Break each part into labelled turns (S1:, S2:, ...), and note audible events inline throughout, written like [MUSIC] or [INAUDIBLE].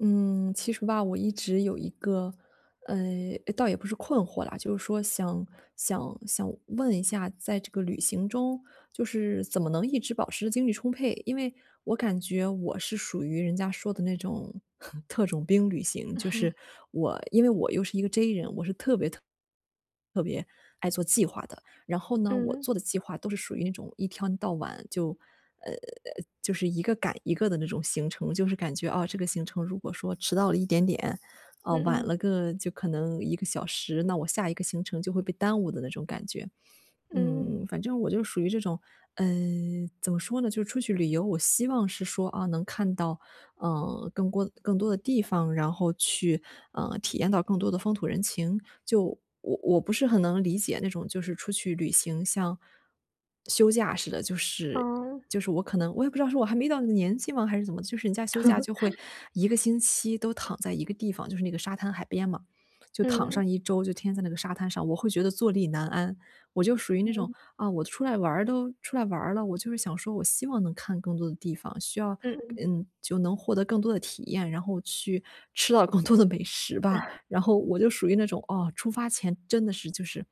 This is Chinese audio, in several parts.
S1: 嗯，其实吧，我一直有一个，倒也不是困惑啦，就是说想问一下，在这个旅行中，就是怎么能一直保持精力充沛？因为我感觉我是属于人家说的那种 [LAUGHS] 特种兵旅行，就是
S2: [LAUGHS]
S1: 我，因为我又是一个 J 人，我是特别爱做计划的，然后呢，我
S2: 嗯，
S1: 做的计划都是属于那种一天到晚就呃，就是一个赶一个的那种行程，就是感觉啊，这个行程如果说迟到了一点点，啊，
S2: 嗯
S1: 晚
S2: 嗯
S1: 了个就可能1个小时，那我下一个行程就会被耽误的那种感觉。
S2: 嗯，
S1: 反正我就属于这种，怎么说呢，就是出去旅游，我希望是说，能看到更多更多的地方，然后去，体验到更多的风土人情。就我不是很能理解那种就是出去旅行像休假似的，就是
S2: 哦，
S1: 就是我可能我也不知道是我还没到那个年纪吗，还是怎么的就是人家休假就
S2: [LAUGHS]
S1: 会1个星期都躺在一个地方，就是那个沙滩海边嘛，就躺
S2: 嗯，
S1: 上一周，就天天在那个沙滩上，我会觉得坐立难安。我就属于那种
S2: 嗯，
S1: 啊，我出来玩儿都出来玩儿了，我就是想说我希望能看更多的地方，需要
S2: 嗯嗯，
S1: 就能获得更多的体验，然后去吃到更多的美食吧。然后我就属于那种，哦，出发前真的是就是，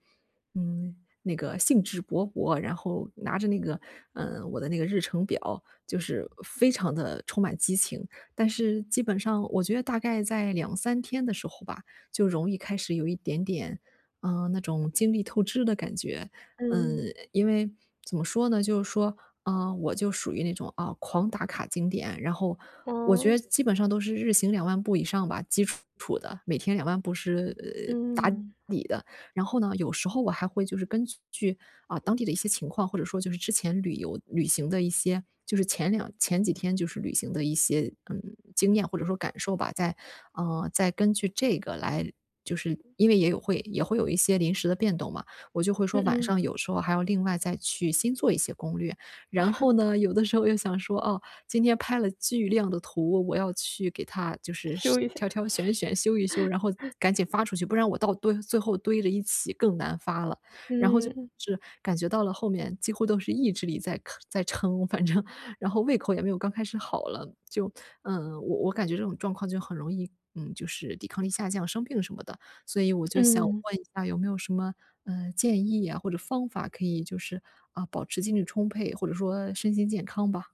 S1: 嗯，那个兴致勃勃，然后拿着那个，我的那个日程表，就是非常的充满激情。但是基本上我觉得大概在2、3天的时候吧，就容易开始有一点点，那种精力透支的感觉。嗯，
S2: 嗯，
S1: 因为怎么说呢，就是说，啊，我就属于那种啊，狂打卡景点，然后我觉得
S2: 哦，
S1: 基本上都是日行两万步以上吧，基础的，每天两万步是，打
S2: 嗯，
S1: 底的。然后呢，有时候我还会就是根据，啊，当地的一些情况，或者说就是之前旅游旅行的一些就是前几天就是旅行的一些，经验或者说感受吧，再根据这个来就是因为也会有一些临时的变动嘛，我就会说
S2: 嗯
S1: 晚
S2: 嗯，
S1: 上有时候还要另外再去新做一些攻略。然后
S2: [LAUGHS]
S1: 呢，有的时候又想说，哦，今天拍了巨量的图，我要去给它就是
S2: 修
S1: 是
S2: 一下，
S1: 挑挑选选、修一修，然后赶紧发出去，不然我最后堆着一起更难发了。然后就
S2: 嗯，
S1: 是感觉到了后面几乎都是意志力在撑，反正然后胃口也没有刚开始好了，我感觉这种状况就很容易，就是抵抗力下降、生病什么的。所以我就想
S2: 嗯，
S1: 问一下有没有什么，建议呀，或者方法可以就是，保持精力充沛，或者说身心健康吧？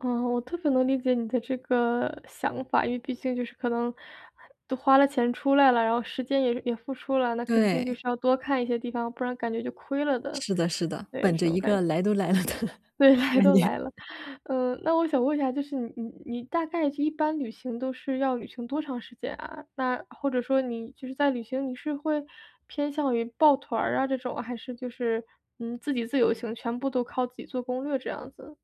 S2: 哦，我特别能理解你的这个想法。因为毕竟就是可能都花了钱出来了，然后时间也付出了，那肯定就是
S1: 对，
S2: 要多看一些地方，不然感觉就亏了的，
S1: 是的是的，
S2: 对，
S1: 本
S2: 这
S1: 着
S2: 种
S1: 一
S2: 感
S1: 个
S2: 觉。
S1: 来都来了的
S2: [LAUGHS] 对，
S1: [LAUGHS]
S2: 来
S1: 观
S2: 都
S1: 念。
S2: 来了。嗯，那我想问一下，就是你大概一般旅行都是要旅行多长时间啊？那或者说你就是在旅行，你是会偏向于抱团儿啊这种，还是就是，自己自由行，全部都靠自己做攻略这样子？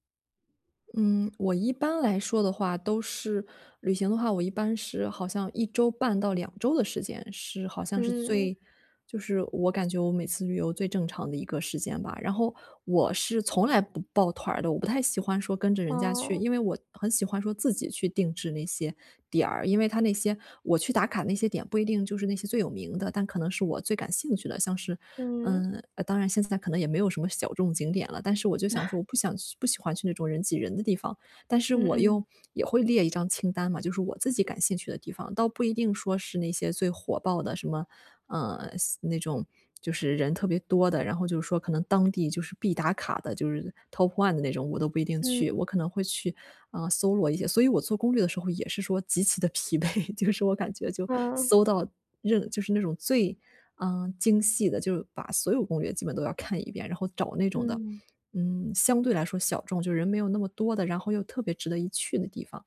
S1: 嗯，我一般来说的话，都是旅行的话，我一般是好像1周半到2周的时间，是好像是
S2: 嗯，
S1: 最就是我感觉我每次旅游最正常的一个时间吧。然后我是从来不抱团儿的，我不太喜欢说跟着人家去，
S2: 哦，
S1: 因为我很喜欢说自己去定制那些点儿，因为他那些我去打卡那些点不一定就是那些最有名的，但可能是我最感兴趣的，像是，
S2: 嗯，
S1: 当然现在可能也没有什么小众景点了，但是我就想说我不想去不喜欢去那种人挤人的地方，但是
S2: 嗯
S1: 我
S2: 嗯，
S1: 又也会列一张清单嘛，就是我自己感兴趣的地方，倒不一定说是那些最火爆的什么，呃，那种就是人特别多的，然后就是说可能当地就是必打卡的，就是 top one 的那种，我都不一定
S2: 嗯，
S1: 去，我可能会去搜罗一些。所以我做攻略的时候也是说极其的 [LAUGHS] 疲惫，[LAUGHS] 就是我感觉就
S2: 嗯，
S1: 搜到就是那种最，精细的，就是把所有攻略基本都要看一遍，然后找那种的
S2: 嗯，
S1: 相对来说小众，就人没有那么多的，然后又特别值得一去的地方。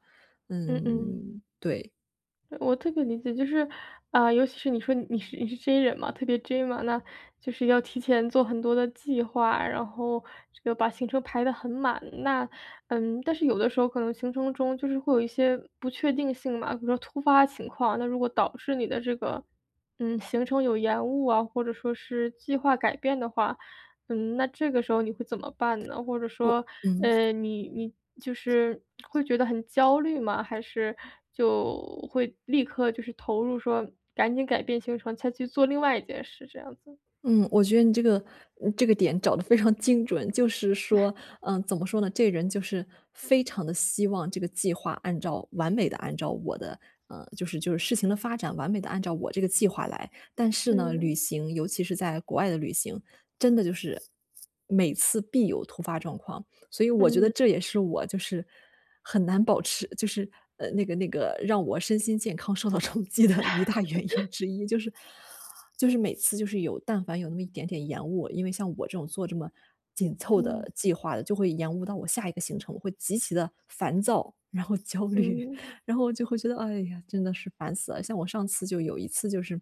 S2: 嗯嗯。
S1: 嗯，对，
S2: 我特别理解，就是，啊、尤其是你说你是 J 人嘛，特别 J 嘛，那就是要提前做很多的计划，然后这个把行程排得很满。那，但是有的时候可能行程中就是会有一些不确定性嘛，比如说突发情况，那如果导致你的这个，行程有延误啊，或者说是计划改变的话，嗯，那这个时候你会怎么办呢？或者说，
S1: 我嗯
S2: 你就是会觉得很焦虑吗？还是就会立刻就是投入说赶紧改变行程，再去做另外一件事这样子？
S1: 嗯，我觉得你这个点找的非常精准，就是说，怎么说呢？这人就是非常的希望这个计划按照完美的按照我的呃，就是就是事情的发展完美的按照我这个计划来。但是呢，旅
S2: 嗯
S1: 行，尤其是在国外的旅行，真的就是每次必有突发状况。所以我觉得
S2: 嗯
S1: 这也是我就是很难保持就是，那个让我身心健康受到冲击的一大原因之一，就是就是每次就是有但凡有那么一点点延误，因为像我这种做这么紧凑
S2: 嗯
S1: 的计划的，就会延误到我下一个行程，我会极其的烦躁，然后焦虑，
S2: 嗯
S1: [LAUGHS] 然后就会觉得，哎呀，真的是烦死了。像我上次就有一次就是，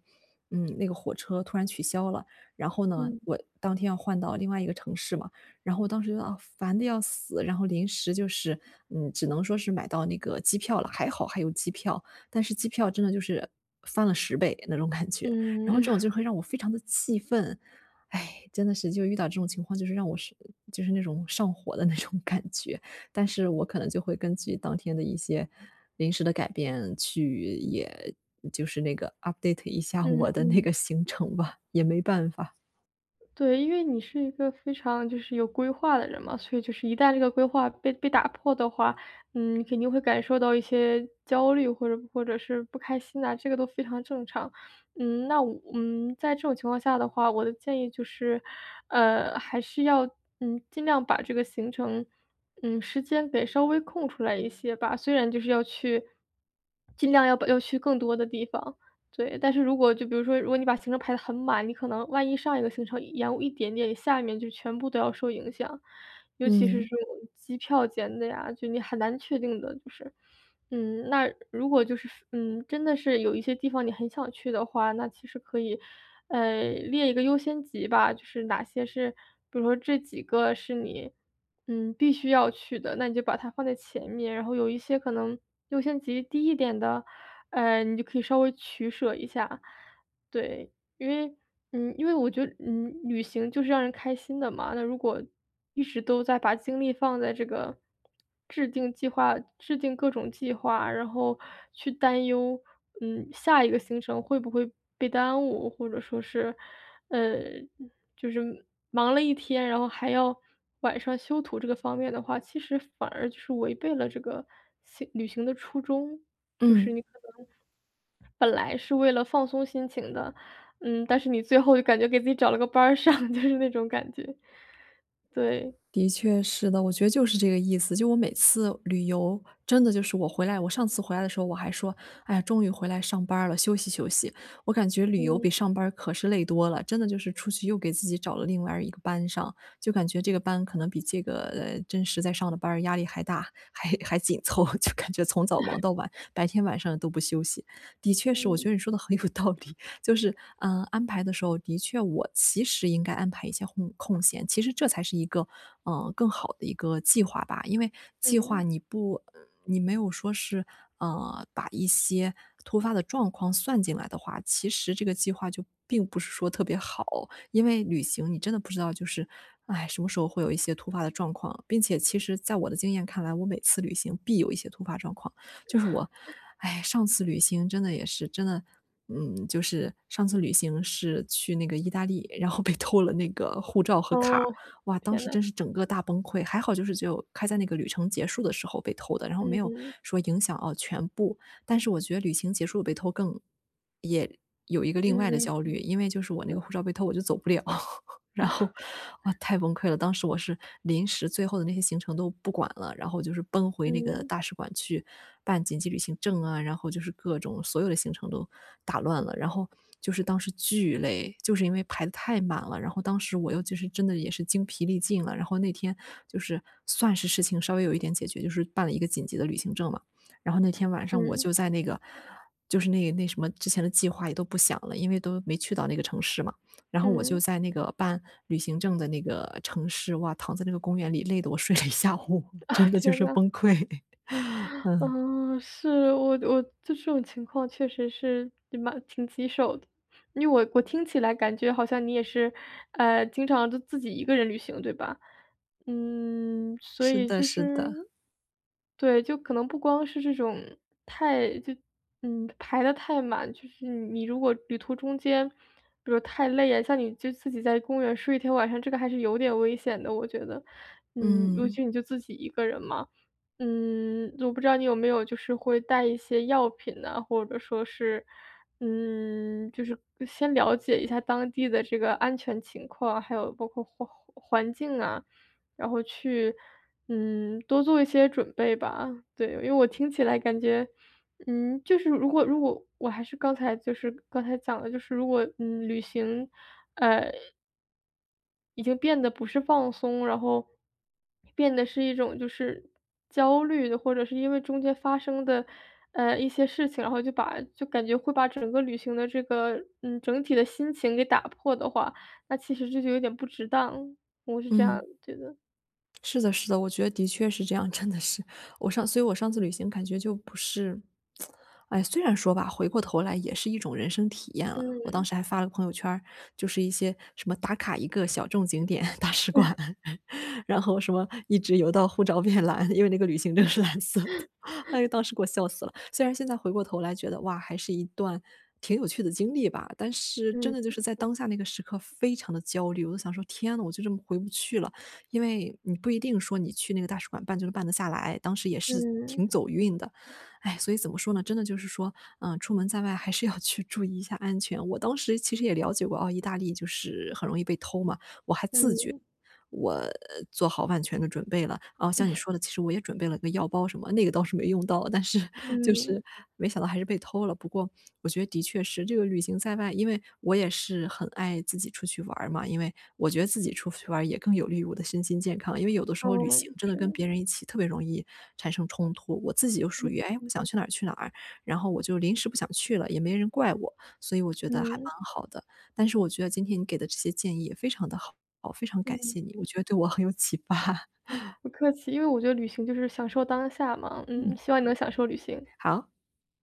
S1: 那个火车突然取消了，然后呢，
S2: 嗯
S1: 我当天要换到另外一个城市嘛，然后我当时觉得，啊，烦得要死，然后临时就是，只能说是买到那个机票了，还好还有机票，但是机票真的就是翻了10倍那种感觉，
S2: 嗯
S1: 然后
S2: 嗯
S1: 这种就会让我非常的气愤。唉，真的是就遇到这种情况，就是让我就是那种上火的那种感觉，但是我可能就会根据当天的一些临时的改变去也就是那个 update 一下
S2: 嗯
S1: 我的那
S2: 嗯。
S1: 个行程吧，也没办法。
S2: 对，因为你是一个非常就是有规划的人嘛，所以就是一旦这个规划被打破的话，嗯，你肯定会感受到一些焦虑或者是不开心啊，这个都非常正常。嗯，那我在这种情况下的话，我的建议就是，还是要尽量把这个行程，时间给稍微空出来一些吧。虽然就是要去，尽量要把要去更多的地方。对，但是如果就比如说，如果你把行程排得很满，你可能万一上一个行程延误一点点，你下面就全部都要受影响。尤其是这
S1: 嗯
S2: 种机票间的呀，就你很难确定的，就是。嗯，那如果就是真的是有一些地方你很想去的话，那其实可以，列一个优先级吧，就是哪些是，比如说这几个是你，必须要去的，那你就把它放在前面，然后有一些可能优先级低一点的，你就可以稍微取舍一下，对。因为我觉得，旅行就是让人开心的嘛。那如果一直都在把精力放在这个制定计划、制定各种计划，然后去担忧，下一个行程会不会被耽误，或者说是，呃，就是忙了一天，然后还要晚上修图这个方面的话，其实反而就是违背了这个行旅行的初衷。就是
S1: 嗯。
S2: 你本来是为了放松心情的，但是你最后就感觉给自己找了个班儿上，[LAUGHS] 就是那种感觉。对，
S1: 的确是的，我觉得就是这个意思。就我每次旅游，真的就是我回来，我上次回来的时候我还说，哎呀，终于回来上班儿了，休息休息。我感觉旅游比
S2: 嗯
S1: 上班儿可是累多了，真的就是出去又给自己找了另外一个班上，就感觉这个班可能比这个真实在上的班儿压力还大，还紧凑，[LAUGHS] 就感觉从早忙到晚，白天晚上都不休息。的确是，我
S2: 嗯
S1: 觉得你说的很有道理。就是，安排的时候，的确我其实应该安排一些空闲，其实这才是一个，更好的一个计划吧。因为计划
S2: 嗯，
S1: 你没有说是，把一些突发的状况算进来的话，其实这个计划就并不是说特别好。因为旅行你真的不知道就是，哎什么时候会有一些突发的状况，并且其实在我的经验看来，我每次旅行必有一些突发状况。就是我，哎，上次旅行真的也是真的，就是上次旅行是去那个意大利，然后被偷了那个护照和卡，
S2: 哦，
S1: 哇，当
S2: 天
S1: 时
S2: 呐，
S1: 真是整个大崩溃。还好就是只有在那个旅程结束的时候被偷的，然后
S2: 嗯
S1: 没有
S2: 嗯
S1: 说影响全部。但是我觉得旅行结束被偷更也有一个另外的
S2: 嗯
S1: 焦
S2: 嗯，
S1: 虑，因为就是我那个护照被偷，我就走不了。
S2: [LAUGHS]
S1: 然
S2: 哦，
S1: 后，哇，太崩溃了！当时我是临时最后的那些行程都不管了，然后就是奔回那个
S2: 嗯
S1: 大使馆去办紧急旅行证啊，然后就是各种所有的行程都打乱了，然后就是当时巨累，就是因为排的太满了，然后当时我又就是真的也是精疲力尽了，然后那天就是算是事情稍微有一点解决，就是办了一个紧急的旅行证嘛，然后那天晚上我
S2: 嗯
S1: 就在那个就是那什么之前的计划也都不想了，因为都没去到那个城市嘛。然后我就
S2: 嗯，
S1: 在那个办旅行证的那个城市，哇，躺在那个公园里，累得我睡了一下午，
S2: 啊，
S1: 真的就
S2: 天
S1: 是
S2: 呐。
S1: 崩溃。
S2: 嗯，是，我就这种情况确实是蛮挺棘手的。因为我听起来感觉好像你也是，经常就自己一个人旅行，对吧？嗯，
S1: [LAUGHS]
S2: 所
S1: 是
S2: 以
S1: 的
S2: 就
S1: 是
S2: 是
S1: 的。
S2: 对。就可能不光是这种太就嗯排的太满，就是你如果旅途中间，比如太累啊，像你就自己在公园睡一天晚上，这个还是有点危险的，我觉得。嗯，尤
S1: 嗯，
S2: 其你就自己一个人嘛。嗯，我不知道你有没有就是会带一些药品呐，或者说是，就是先了解一下当地的这个安全情况，还有包括环境啊，然后去，多做一些准备吧。对，因为我听起来感觉，就是如果我还是刚才讲的。就是如果旅行已经变得不是放松，然后变得是一种就是焦虑的，或者是因为中间发生的，一些事情，然后就把就感觉会把整个旅行的这个，整体的心情给打破的话，那其实这就有点不值当，我是这样
S1: 嗯。
S2: 觉得。
S1: 是的，是的，我觉得的确是这样，真的是。所以我上次旅行感觉就不是哎，虽然说吧，回过头来也是一种人生体验了。我当
S2: 嗯，
S1: 时还发了个朋友圈儿，就是一些什么打卡一个小众景点 [LAUGHS] 大使馆，[LAUGHS] 然后什么一直游到护照变蓝，因为那个旅行证是蓝色的。[LAUGHS] 哎，当时给我笑死了。虽然现在回过头来觉得，哇，还是一段挺有趣的经历吧，但是真
S2: 嗯，
S1: 的就是在当下那个时刻非常的焦虑，我就想说：“天呐，我就这么回不去了。”因为你不一定说你去那个大使馆办就能办得下来，当时也是
S2: 嗯，
S1: 挺走运的。哎，所以怎么说呢？真的就是说，嗯，出门在外还是要去注意一下安全。我当时其实也了解过，哦，意大利就是很容易被偷嘛。我还自觉
S2: 嗯，
S1: 我做好万全的准备了。啊，像你说的，其实我也准备了个药包什么，那个倒是没用到，但是就
S2: 嗯，
S1: 是没想到还是被偷了。不过我觉得的确是这个旅行在外，因为我也是很爱自己出去玩儿嘛，因为我觉得自己出去玩儿也更有利于我的身心健康。因为有的时
S2: 嗯，
S1: 候旅行真的
S2: 是的，
S1: 跟别人一起特别容易产生冲突，我自己就属
S2: 嗯，
S1: 于，哎，我
S2: 嗯，
S1: 想去哪儿去哪儿，然后我就临时不想去了，也没人怪我，所以我觉得还
S2: 嗯，
S1: 蛮好的。但是我觉得今天你给的这些建议也非常的好，非常感
S2: 嗯，
S1: 谢你，我觉得对我很有启发。
S2: 不客气。因为我觉得旅行就是享受当下嘛，
S1: [LAUGHS]
S2: 嗯，
S1: 嗯，
S2: 希望你能享受旅行。
S1: 好。